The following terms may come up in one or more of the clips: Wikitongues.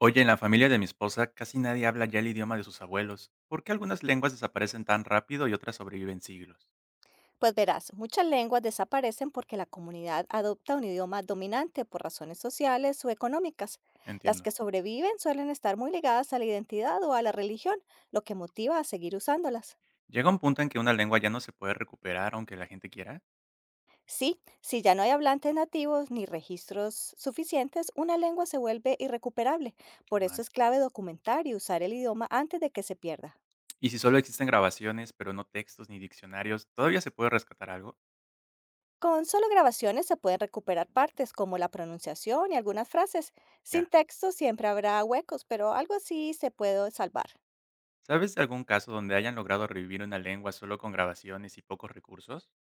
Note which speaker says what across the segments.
Speaker 1: Oye, en la familia de mi esposa casi nadie habla ya el idioma de sus abuelos. ¿Por qué algunas lenguas desaparecen tan rápido y otras sobreviven siglos?
Speaker 2: Pues verás, muchas lenguas desaparecen porque la comunidad adopta un idioma dominante por razones sociales o económicas. Las
Speaker 1: Entiendo.
Speaker 2: que sobreviven suelen estar muy ligadas a la identidad o a la religión, lo que motiva a seguir usándolas.
Speaker 1: ¿Llega un punto en que una lengua ya no se puede recuperar aunque la gente quiera?
Speaker 2: Sí, si ya no hay hablantes nativos ni registros suficientes, una lengua se vuelve irrecuperable.
Speaker 1: Qué
Speaker 2: Por eso
Speaker 1: mal.
Speaker 2: es clave documentar y usar el idioma antes de que se pierda.
Speaker 1: ¿Y si solo existen grabaciones, pero no textos ni diccionarios, todavía se puede rescatar algo?
Speaker 2: Con solo grabaciones se pueden recuperar partes como la pronunciación y algunas frases. Sin
Speaker 1: Ya.
Speaker 2: texto siempre habrá huecos, pero algo así se puede salvar.
Speaker 1: ¿Sabes de algún caso donde hayan logrado revivir una lengua solo con grabaciones y pocos recursos?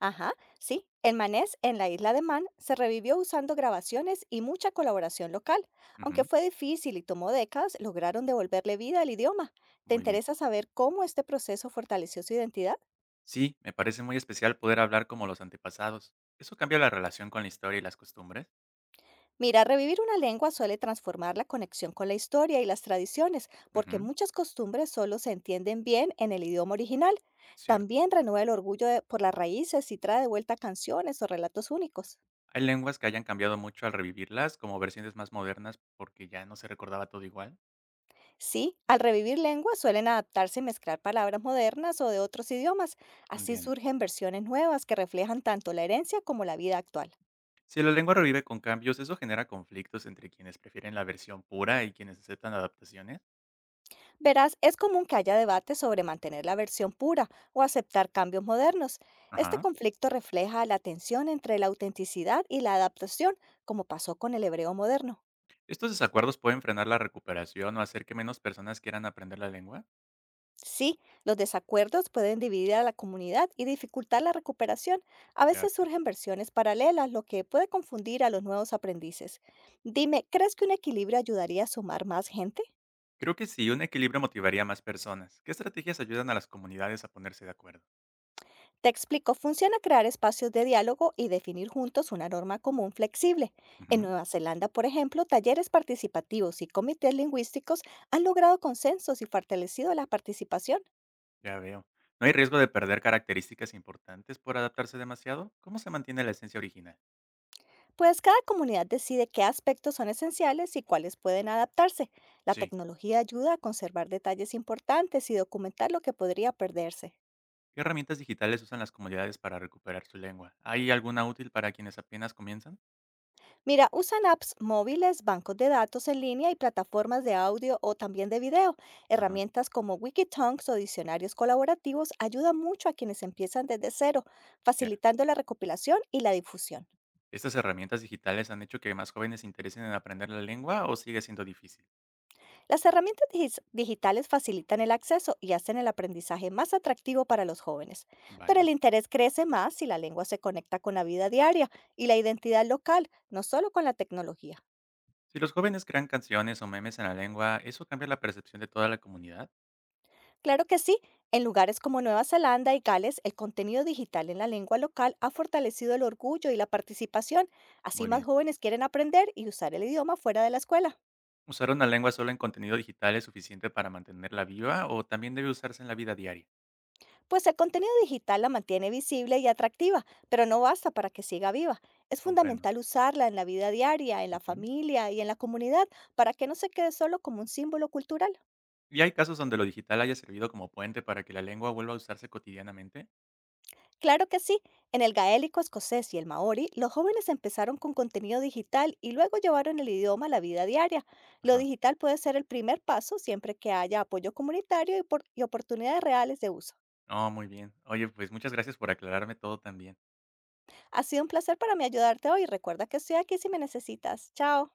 Speaker 2: Ajá, sí. El manés en la isla de Man se revivió usando grabaciones y mucha colaboración local. Aunque
Speaker 1: Ujú.
Speaker 2: fue difícil y tomó décadas, lograron devolverle vida al idioma. ¿Te
Speaker 1: Muy bien.
Speaker 2: interesa saber cómo este proceso fortaleció su identidad?
Speaker 1: Sí, me parece muy especial poder hablar como los antepasados. ¿Eso cambia la relación con la historia y las costumbres?
Speaker 2: Mira, revivir una lengua suele transformar la conexión con la historia y las tradiciones, porque
Speaker 1: Ujú.
Speaker 2: muchas costumbres solo se entienden bien en el idioma original.
Speaker 1: Cierto.
Speaker 2: También renueva el orgullo por las raíces y trae de vuelta canciones o relatos únicos.
Speaker 1: Hay lenguas que hayan cambiado mucho al revivirlas, como versiones más modernas, porque ya no se recordaba todo igual.
Speaker 2: Sí, al revivir lenguas suelen adaptarse y mezclar palabras modernas o de otros idiomas. Así
Speaker 1: Entiendo.
Speaker 2: surgen versiones nuevas que reflejan tanto la herencia como la vida actual.
Speaker 1: Si la lengua revive con cambios, eso genera conflictos entre quienes prefieren la versión pura y quienes aceptan adaptaciones.
Speaker 2: Verás, es común que haya debate sobre mantener la versión pura o aceptar cambios modernos. Este
Speaker 1: Ajá.
Speaker 2: conflicto refleja la tensión entre la autenticidad y la adaptación, como pasó con el hebreo moderno.
Speaker 1: Estos desacuerdos pueden frenar la recuperación o hacer que menos personas quieran aprender la lengua.
Speaker 2: Sí, los desacuerdos pueden dividir a la comunidad y dificultar la recuperación. A
Speaker 1: Ya
Speaker 2: veces
Speaker 1: veo.
Speaker 2: surgen versiones paralelas, lo que puede confundir a los nuevos aprendices. Dime, ¿crees que un equilibrio ayudaría a sumar más gente?
Speaker 1: Creo que sí, un equilibrio motivaría a más personas. ¿Qué estrategias ayudan a las comunidades a ponerse de acuerdo?
Speaker 2: Te explico, funciona crear espacios de diálogo y definir juntos una norma común flexible. En
Speaker 1: Ujú.
Speaker 2: Nueva Zelanda, por ejemplo, talleres participativos y comités lingüísticos han logrado consensos y fortalecido la participación,
Speaker 1: Ya veo. ¿No hay riesgo de perder características importantes por adaptarse demasiado? ¿Cómo se mantiene la esencia original?
Speaker 2: pues cada comunidad decide qué aspectos son esenciales y cuáles pueden adaptarse. La
Speaker 1: Sí.
Speaker 2: tecnología ayuda a conservar detalles importantes y documentar lo que podría perderse.
Speaker 1: ¿Qué herramientas digitales usan las comunidades para recuperar su lengua? ¿Hay alguna útil para quienes apenas comienzan?
Speaker 2: Mira, usan apps móviles, bancos de datos en línea y plataformas de audio o también de video.
Speaker 1: Ajá,
Speaker 2: Herramientas como Wikitongues o diccionarios colaborativos ayudan mucho a quienes empiezan desde cero,
Speaker 1: ya.
Speaker 2: facilitando la recopilación y la difusión.
Speaker 1: ¿Estas herramientas digitales han hecho que más jóvenes se interesen en aprender la lengua o sigue siendo difícil?
Speaker 2: Las herramientas digitales facilitan el acceso y hacen el aprendizaje más atractivo para los jóvenes, pero el
Speaker 1: Vale.
Speaker 2: interés crece más si la lengua se conecta con la vida diaria y la identidad local, no solo con la tecnología.
Speaker 1: Si los jóvenes crean canciones o memes en la lengua, ¿eso cambia la percepción de toda la comunidad?
Speaker 2: Claro que sí. En lugares como Nueva Zelanda y Gales, el contenido digital en la lengua local ha fortalecido el orgullo y la participación. Así
Speaker 1: Muy
Speaker 2: más
Speaker 1: bien.
Speaker 2: jóvenes quieren aprender y usar el idioma fuera de la escuela.
Speaker 1: ¿Usar una lengua solo en contenido digital es suficiente para mantenerla viva o también debe usarse en la vida diaria?
Speaker 2: Pues el contenido digital la mantiene visible y atractiva, pero no basta para que siga viva. Es
Speaker 1: Comprendo.
Speaker 2: fundamental usarla en la vida diaria, en la
Speaker 1: Ujú.
Speaker 2: familia y en la comunidad para que no se quede solo como un símbolo cultural.
Speaker 1: ¿Y hay casos donde lo digital haya servido como puente para que la lengua vuelva a usarse cotidianamente?
Speaker 2: Claro que sí. En el gaélico escocés y el maorí, los jóvenes empezaron con contenido digital y luego llevaron el idioma a la vida diaria. Lo
Speaker 1: Ajá.
Speaker 2: digital puede ser el primer paso siempre que haya apoyo comunitario y oportunidades reales de uso.
Speaker 1: No, muy bien. Oye, pues muchas gracias por aclararme todo también.
Speaker 2: Ha sido un placer para mí ayudarte hoy. Recuerda que estoy aquí si me necesitas. Chao.